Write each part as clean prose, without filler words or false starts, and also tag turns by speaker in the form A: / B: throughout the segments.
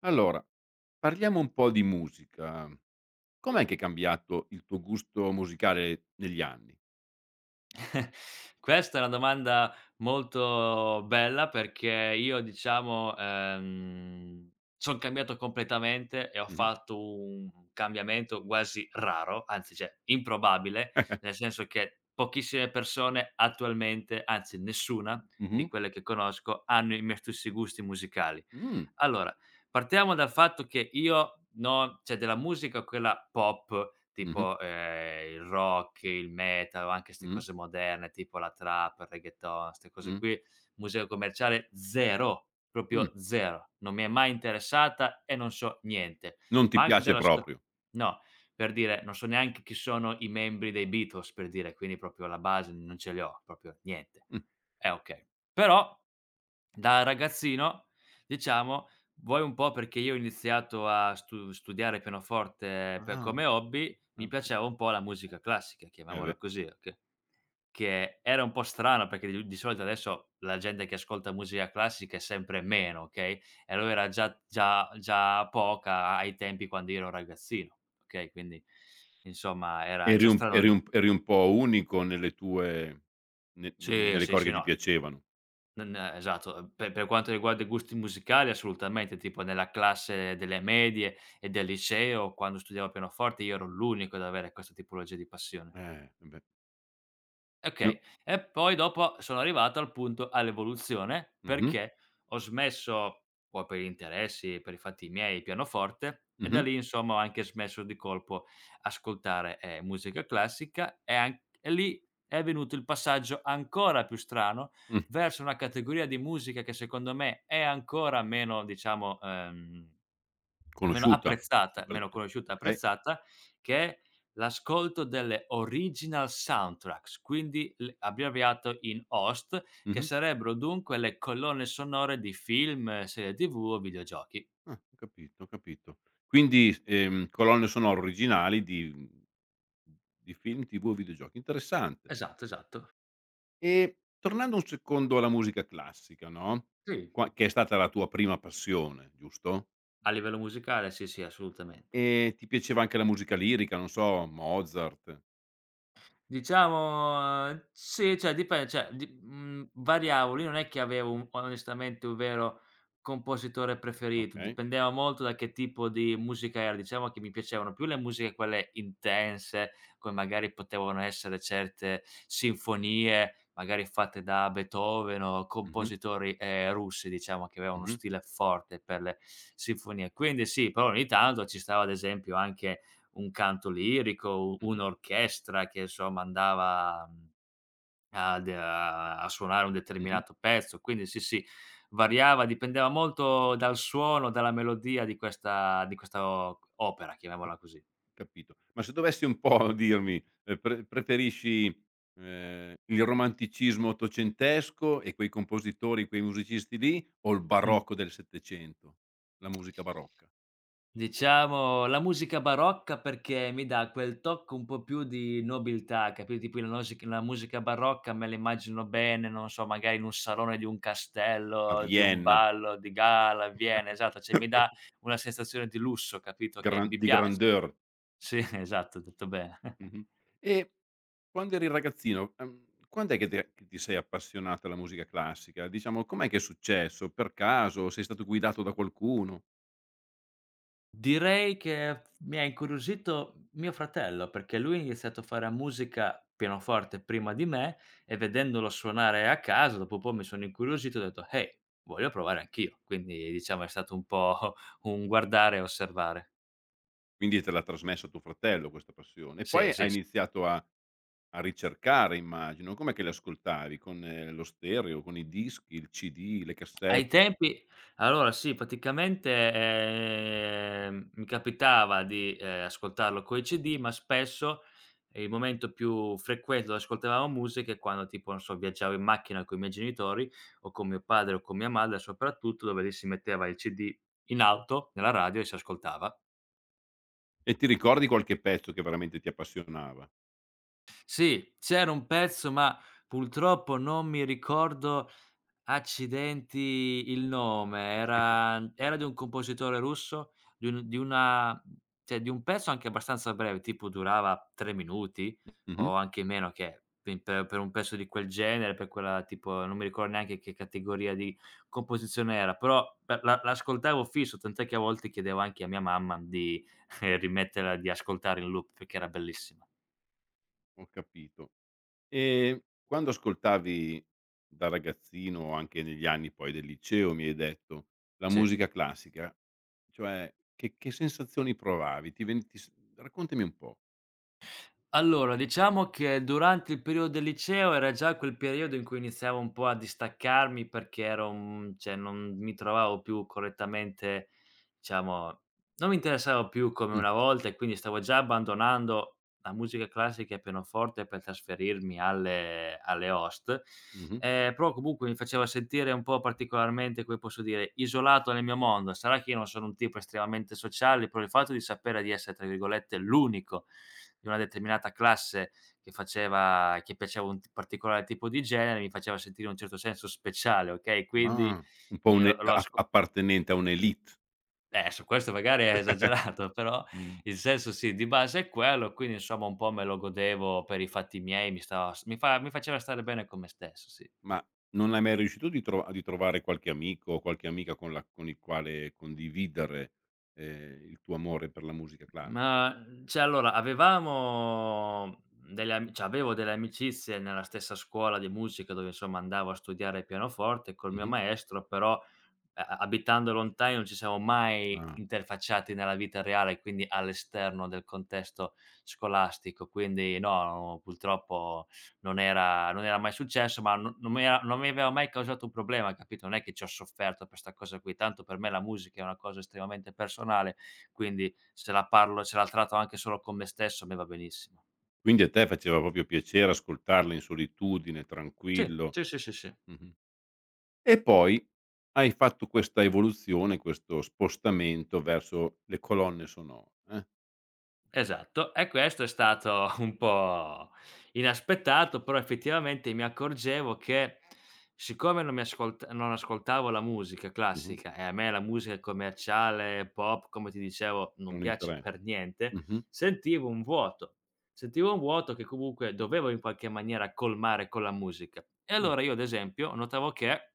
A: Allora, parliamo un po' di musica. Com'è che è cambiato il tuo gusto musicale negli anni?
B: Questa è una domanda molto bella perché io diciamo, son cambiato completamente e ho
A: Mh-mh.
B: fatto un cambiamento quasi raro, anzi cioè improbabile, nel senso che pochissime persone attualmente, anzi nessuna di
A: Mh-mh.
B: quelle che conosco, hanno i miei stessi gusti musicali.
A: Mh.
B: Allora, partiamo dal fatto che io non cioè della musica quella pop,
A: Mh-mh.
B: tipo, il rock, il metal, anche 'ste
A: Mh.
B: cose moderne, tipo la trap, il reggaeton, 'ste cose
A: Mh.
B: qui, musica commerciale 0,
A: Mh.
B: proprio 0. Non mi è mai interessata e non so niente.
A: Non ti
B: Ma anche
A: piace
B: della sto
A: proprio.
B: No, per dire, non so neanche chi sono i membri dei Beatles, per dire, quindi proprio la base non ce li ho, proprio niente.
A: Mh.
B: Eh okay. Però da ragazzino, diciamo, vuoi un po' perché io ho iniziato a studiare pianoforte per
A: Ah,
B: come hobby,
A: eh
B: mi
A: beh,
B: piaceva un po' la musica classica,
A: eh beh.
B: chiamiamola così, okay, che era un po' strano perché di solito adesso la gente che ascolta musica classica è sempre meno, okay, e allora era già poca ai tempi quando io ero ragazzino, okay, quindi insomma era
A: Eri
B: già
A: un
B: strano
A: eri
B: lì.
A: un eri un po' unico nelle tue ne
B: Sì,
A: nelle
B: sì,
A: cose
B: sì,
A: che ti
B: no,
A: piacevano.
B: Non è- esatto, pe per quanto riguarda i gusti musicali assolutamente, tipo nella classe delle medie e del liceo, quando studiavo pianoforte, io ero l'unico ad avere questa tipologia di passione.
A: Eh beh. No,
B: Okay. E poi dopo sono arrivato al punto all'evoluzione,
A: mh-mh.
B: perché ho smesso, poi per gli interessi, per i fatti miei, il pianoforte e da
A: Mh-mh.
B: lì insomma ho anche smesso di colpo ascoltare, musica classica e lì è venuto il passaggio ancora più strano
A: Mh.
B: verso una categoria di musica che secondo me è ancora meno diciamo, meno
A: Conosciuta.
B: apprezzata,
A: Pre
B: meno conosciuta,
A: Okay.
B: apprezzata, che è l'ascolto delle original soundtracks, quindi l abbreviato in OST, che
A: Mh-mh.
B: sarebbero dunque le colonne sonore di film, serie TV o videogiochi.
A: Ah, ho capito, ho capito. Quindi, colonne sonore originali di film, TV o videogiochi, interessante.
B: Esatto, esatto.
A: E tornando un secondo alla musica classica, no,
B: Sì,
A: qua che è stata la tua prima passione, giusto?
B: a livello musicale sì, sì, assolutamente.
A: Ti piaceva anche la musica lirica, non so, Mozart,
B: Diciamo sì, cioè dipen cioè di mhmm, variavo. Lì non è che avevo un onestamente un vero compositore preferito,
A: okay.
B: dipendeva molto da che tipo di musica era. Diciamo che mi piacevano più le musiche quelle intense, come magari potevano essere certe sinfonie, magari fatte da Beethoven o
A: Mh-mh,
B: compositori, russi, diciamo, che avevano uno
A: mh-mh,
B: stile forte per le sinfonie. Quindi sì, però ogni tanto ci stava ad esempio anche un canto lirico,
A: mh-mh,
B: un'orchestra che insomma andava, ad a a suonare un
A: mh-mh,
B: determinato pezzo. Quindi sì, sì, variava, dipendeva molto dal suono, dalla melodia di questa o opera,
A: ho
B: chiamiamola così.
A: capito. Ma se dovessi un po' dirmi, preferisci, il romanticismo ottocentesco e quei compositori, quei musicisti lì, o il
B: Mh.
A: barocco del 700? La musica barocca
B: Diciamo la musica barocca perché mi dà quel tocco un po' più di nobiltà, capito, tipo la musica barocca me la immagino bene, non so, magari in un salone di un
A: a
B: castello, di un
A: Vienna.
B: ballo di gala, a Vienna, esatto, cioè mi dà una sensazione di lusso, capito, che mi piace.
A: Grandeur.
B: Sì, esatto, hai detto bene.
A: Mh-mh. E quando eri ragazzino, quand'è che te che ti sei appassionata alla musica classica? Diciamo, com'è che è successo? Per caso? Sei stato guidato da qualcuno?
B: Direi che mi ha incuriosito mio fratello, perché lui ha iniziato a fare musica pianoforte prima di me e vedendolo suonare a casa, dopo un po' mi sono incuriosito e ho detto: "Ehi, voglio provare anch'io". Quindi diciamo è stato un po' un guardare e osservare.
A: Quindi te l'ha trasmesso tuo fratello questa passione. E
B: Sì,
A: poi hai
B: sì, s
A: iniziato a a ricercare immagino. Com'è che le ascoltavi? Con, lo stereo, con i dischi, il CD, le
B: Ai
A: cassette?
B: tempi allora sì, praticamente, mi capitava di, ascoltarlo coi CD, ma spesso il momento più frequente dove ascoltavamo musica è quando tipo, non so, viaggiavo in macchina coi miei genitori o con mio padre o con mia madre soprattutto, dove lì si metteva il CD in auto, nella radio e si ascoltava.
A: E ti ricordi qualche pezzo che veramente ti appassionava?
B: Sì, c'era un pezzo, ma purtroppo non mi ricordo, accidenti, il nome, era di un compositore russo, di un di una cioè di un pezzo anche abbastanza breve, tipo durava 3 minuti
A: Mh-mh.
B: o anche meno che pe per un pezzo di quel genere, per quella tipo non mi ricordo neanche che categoria di composizione era, però la la l'ascoltavo fisso, tant'è che a volte chiedevo anche a mia mamma di rimetterla di ascoltare in loop perché era bellissima.
A: Ho capito. E quando ascoltavi da ragazzino o anche negli anni poi del liceo, mi hai detto, la
B: Sì.
A: musica classica, cioè che sensazioni provavi? Ti ven ti s raccontami un po'.
B: Allora, diciamo che durante il periodo del liceo era già quel periodo in cui iniziavo un po' a distaccarmi perché ero cioè non mi trovavo più correttamente diciamo non mi interessavo più come
A: Mh.
B: una volta e quindi stavo già abbandonando la musica classica e pianoforte per trasferirmi alle host,
A: Mh-mh.
B: però comunque mi faceva sentire un po' particolarmente, come posso dire, isolato nel mio mondo. Sarà che io non sono un tipo estremamente sociale, però il fatto di sapere di essere, tra virgolette, "l'unico" di una determinata classe che piaceva un t particolare tipo di genere, mi faceva sentire in un certo senso speciale, okay, quindi
A: Ah, un po'
B: mi
A: un
B: l'ho l'ho
A: a
B: asco
A: appartenente a un'élite,
B: su questo magari è esagerato, però il senso sì, di base è quello, quindi insomma un po' me lo godevo per i fatti miei, mi stava s mi fa mi faceva stare bene con me stesso, sì.
A: ma non hai mai riuscito di trovare qualche amico o qualche amica con la con il quale condividere, il tuo amore per la musica classica?
B: Ma, cioè allora avevamo delle ami cioè avevo delle amicizie nella stessa scuola di musica dove insomma andavo a studiare il pianoforte col mio
A: Mh-mh.
B: maestro, però a a abitando lontani non ci siamo mai
A: Ah.
B: interfacciati nella vita reale, quindi all'esterno del contesto scolastico. Quindi no, purtroppo non era mai successo, ma no non mi aveva mai causato un problema, capito? Non è che ci ho sofferto per 'sta cosa qui, tanto per me la musica è una cosa estremamente personale, quindi se la parlo se la tratto anche solo con me stesso, a me va benissimo.
A: Quindi a te faceva proprio piacere ascoltarla in solitudine,
B: Sì,
A: tranquillo.
B: sì, sì, sì, sì.
A: Mh-mh. E poi hai fatto questa evoluzione, questo spostamento verso le colonne sonore, eh.
B: Esatto, e questo è stato un po' inaspettato, però effettivamente mi accorgevo che siccome non ascoltavo la musica
A: Mh-mh.
B: classica e a me la musica commerciale, pop, come ti dicevo, non
A: Non
B: piace
A: interes
B: per niente,
A: mh-mh.
B: sentivo un vuoto. Sentivo un vuoto che comunque dovevo in qualche maniera colmare con la musica. E
A: Mh.
B: allora io ad esempio notavo che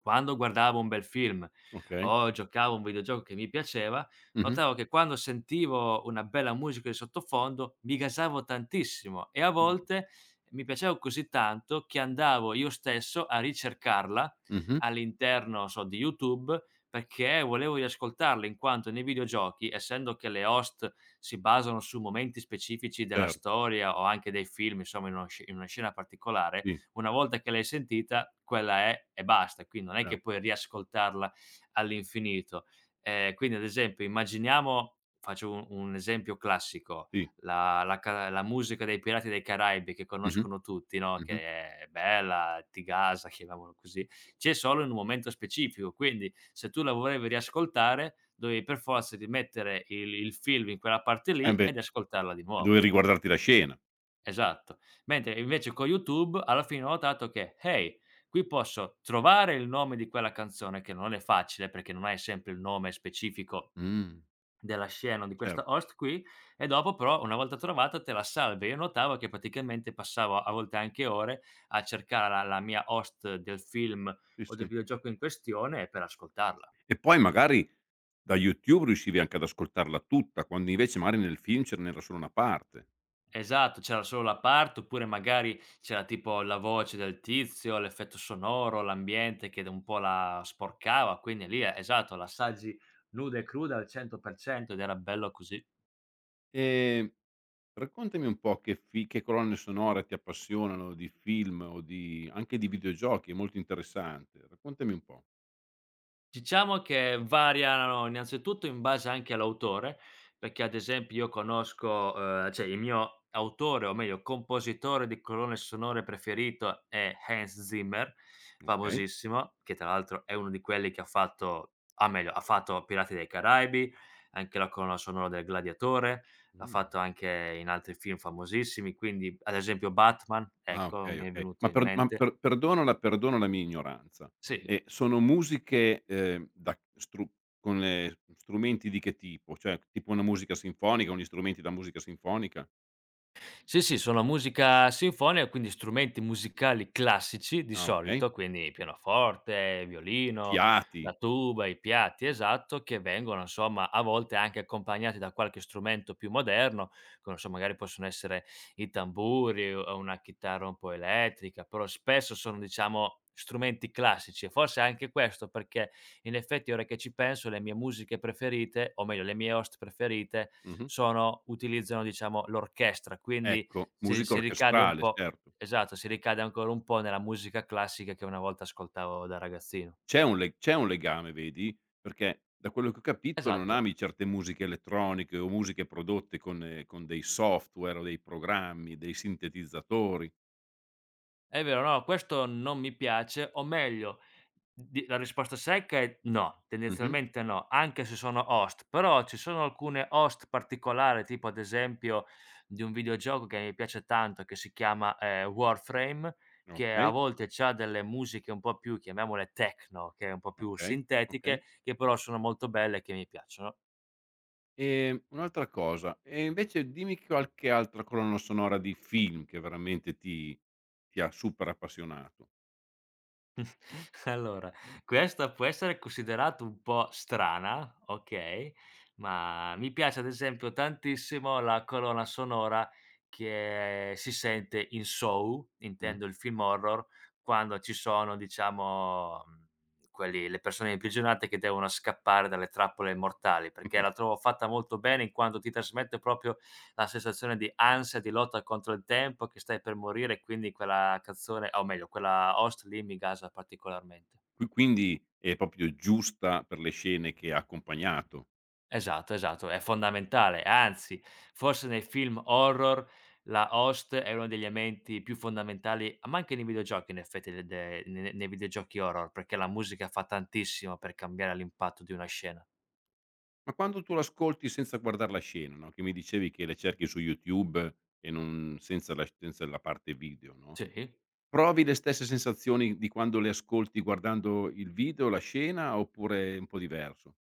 B: quando guardavo un bel film
A: Okay.
B: o giocavo a un videogioco che mi piaceva,
A: Mh-mh.
B: notavo che quando sentivo una bella musica di sottofondo mi gasavo tantissimo e a
A: Mh.
B: volte mi piaceva così tanto che andavo io stesso a ricercarla
A: Mh-mh.
B: all'interno, so, di YouTube perché volevo riascoltarla in quanto nei videogiochi, essendo che le host si basano su momenti specifici della
A: Certo.
B: storia o anche dei film, insomma in in una scena particolare,
A: Sì,
B: una volta che l'hai sentita quella è e basta, quindi non è che
A: certo.
B: puoi riascoltarla all'infinito. Quindi ad esempio immaginiamo faccio un esempio classico,
A: Sì.
B: la musica dei Pirati dei Caraibi che
A: Mh-mh.
B: conoscono tutti, no, che
A: Mh-mh.
B: è bella, ti gasa, chiamiamolo così, c'è solo in un momento specifico, quindi se tu la volevi riascoltare dovevi per forza rimettere il film in quella parte
A: Eh
B: lì
A: beh,
B: ed ascoltarla di nuovo.
A: dovevi riguardarti la scena.
B: Esatto. Mentre invece con YouTube alla fine ho notato che: "Hey, qui posso trovare il nome di quella canzone", che non è facile perché non hai sempre il nome specifico
A: Mh.
B: della scena o di questa
A: Certo.
B: host qui, e dopo però una volta trovata te la salvi. Io notavo che praticamente passavo a volte anche ore a cercare la mia host del film
A: Sì,
B: o del
A: sì.
B: videogioco in questione per ascoltarla.
A: E poi magari da YouTube riuscivi anche ad ascoltarla tutta, quando invece magari nel film ce n'era solo una parte.
B: Esatto, c'era solo la parte, oppure magari c'era tipo la voce del tizio, l'effetto sonoro, l'ambiente che d un po' la sporcava, quindi lì esatto, l'assaggi nuda e cruda al 100% ed era bello così.
A: Ehm, raccontami un po' che fi che colonne sonore ti appassionano di film o di anche di videogiochi, è molto interessante. Raccontami un po'.
B: Diciamo che variano innanzitutto in base anche all'autore, perché ad esempio io conosco, cioè il mio autore, o meglio compositore di colonne sonore preferito è Hans Zimmer,
A: Okay.
B: famosissimo, che tra l'altro è uno di quelli che ha fatto ah meglio, ha fatto Pirati dei Caraibi, anche la colonna sonora del Gladiatore, l'ha
A: Mh.
B: fatto anche in altri film famosissimi, quindi ad esempio Batman,
A: Ah,
B: ecco,
A: okay,
B: mi è
A: okay.
B: venuto
A: Ma
B: in mente
A: perdono la mia ignoranza.
B: sì.
A: Sono musiche, da stru con le strumenti di che tipo? Cioè, tipo una musica sinfonica, con gli strumenti da musica sinfonica?
B: Sì, sì, sono musica sinfonica, quindi strumenti musicali classici di
A: Ah, okay.
B: solito, quindi pianoforte, violino, la
A: Fiati.
B: tuba, i piatti, esatto, che vengono insomma a volte anche accompagnati da qualche strumento più moderno, che non so, magari possono essere i tamburi o una chitarra un po' elettrica, però spesso sono diciamo strumenti classici e forse anche questo perché in effetti ora che ci penso le mie musiche preferite, o meglio le mie host preferite,
A: Mh-mh.
B: sono utilizzano diciamo l'orchestra, quindi
A: Ecco,
B: si
A: musica
B: si ricade un
A: orchestrale,
B: po'
A: certo.
B: esatto, si ricade ancora un po' nella musica classica che una volta ascoltavo da ragazzino.
A: C'è un le c'è un legame vedi, perché da quello che ho capito non
B: Esatto.
A: ami certe musiche elettroniche o musiche prodotte con dei software o dei programmi, dei sintetizzatori.
B: È vero, no, questo non mi piace, o meglio, di la risposta secca è no,
A: Mh-mh.
B: tendenzialmente no, anche se sono host, però ci sono alcune host particolari, tipo ad esempio di un videogioco che mi piace tanto che si chiama, Warframe, che a
A: Okay,
B: volte c'ha delle musiche un po' più, chiamiamole techno, che è un po' più
A: okay, okay.
B: sintetiche, che però sono molto belle e che mi piacciono.
A: Un'altra cosa, e invece dimmi qualche altra colonna sonora di film che veramente ti ti ha super appassionato.
B: Allora, questa può essere considerata un po' strana, okay, ma mi piace ad esempio tantissimo la colonna sonora che si sente in Saw,
A: Mh.
B: intendo il film horror, quando ci sono diciamo, quelli le persone imprigionate che devono scappare dalle trappole mortali, perché la trovo fatta molto bene in quanto ti trasmette proprio la sensazione di ansia, di lotta contro il tempo, che stai per morire, quindi quella canzone o meglio quella host lì mi gasa particolarmente.
A: Qui quindi è proprio giusta per le scene che ha accompagnato.
B: Esatto, esatto, è fondamentale, anzi forse nei film horror la host è uno degli elementi più fondamentali, ma anche nei videogiochi in effetti de de ne nei videogiochi horror, perché la musica fa tantissimo per cambiare l'impatto di una scena.
A: Ma quando tu l'ascolti senza guardar la scena, no, che mi dicevi che le cerchi su YouTube e non senza la senza la parte video, no,
B: Sì.
A: provi le stesse sensazioni di quando le ascolti guardando il video, la scena, oppure è un po' diverso?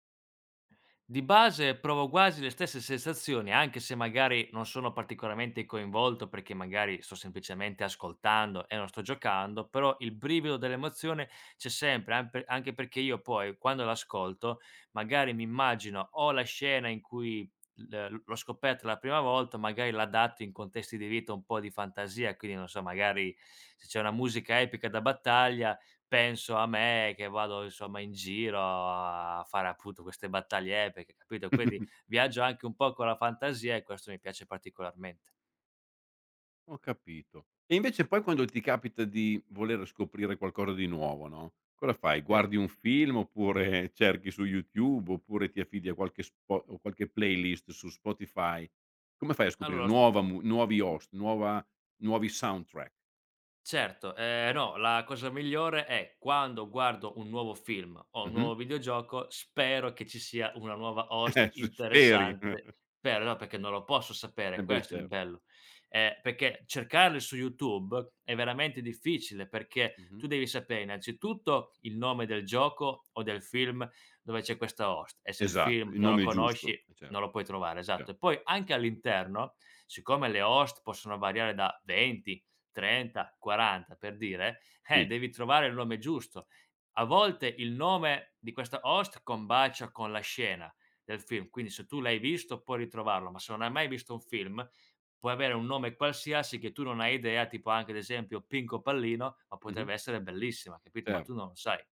B: Di base provo quasi le stesse sensazioni, anche se magari non sono particolarmente coinvolto perché magari sto semplicemente ascoltando e non sto giocando, però il brivido dell'emozione c'è sempre, anche perché io poi quando l'ascolto magari mi immagino o la scena in cui l'ho scoperta la prima volta, magari l'adatto in contesti di vita un po' di fantasia, quindi non so, magari se c'è una musica epica da battaglia, penso a me che vado insomma in giro a fare appunto queste battagliette, c capito, quindi viaggio anche un po' con la fantasia e questo mi piace particolarmente.
A: Ho capito. E invece poi quando ti capita di voler scoprire qualcosa di nuovo, no, cosa fai?
B: Sì.
A: Guardi un film oppure cerchi su YouTube, oppure ti affidi a qualche spo o qualche playlist su Spotify? Come fai a scoprire
B: Allora s
A: nuova mu nuovi host, nuova nuovi soundtrack?
B: Certo, no, la cosa migliore è quando guardo un nuovo film o un
A: Mh-mh.
B: nuovo videogioco, spero che ci sia una nuova host
A: S speri.
B: interessante per no, perché non lo posso
A: Eh
B: sapere,
A: beh,
B: questo è il
A: cer
B: bello. Perché cercarle su YouTube è veramente difficile, perché
A: mh-mh.
B: tu devi sapere innanzitutto il nome del gioco o del film dove c'è questa host e se il
A: Esatto,
B: film
A: il
B: non lo
A: nome è giusto.
B: conosci
A: Cer
B: non lo puoi trovare,
A: cer
B: esatto. E poi anche all'interno, siccome le host possono variare da 20 30, 40 per dire,
A: sì.
B: devi trovare il nome giusto. A volte il nome di questa host combacia con la scena del film, quindi se tu l'hai visto puoi ritrovarlo, ma se non hai mai visto un film puoi avere un nome qualsiasi che tu non hai idea, tipo anche ad esempio Pinco Pallino, ma
A: Mh-mh.
B: potrebbe essere bellissima, capito? Ma
A: Cer
B: tu non lo sai.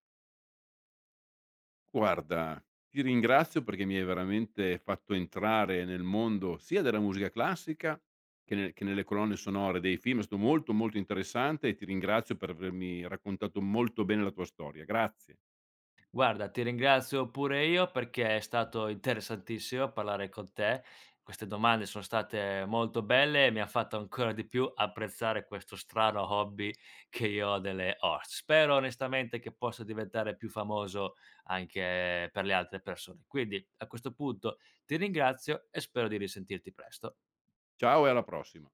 A: Guarda, ti ringrazio perché mi hai veramente fatto entrare nel mondo sia della musica classica che nelle colonne sonore dei film. È stato molto, molto interessante e ti ringrazio per avermi raccontato molto bene la tua storia. Grazie.
B: Guarda, ti ringrazio pure io perché è stato interessantissimo parlare con te. Queste domande sono state molto belle e mi ha fatto ancora di più apprezzare questo strano hobby che io ho delle orse. Spero onestamente che possa diventare più famoso anche per le altre persone. Quindi a questo punto ti ringrazio e spero di risentirti presto.
A: Ciao e alla prossima.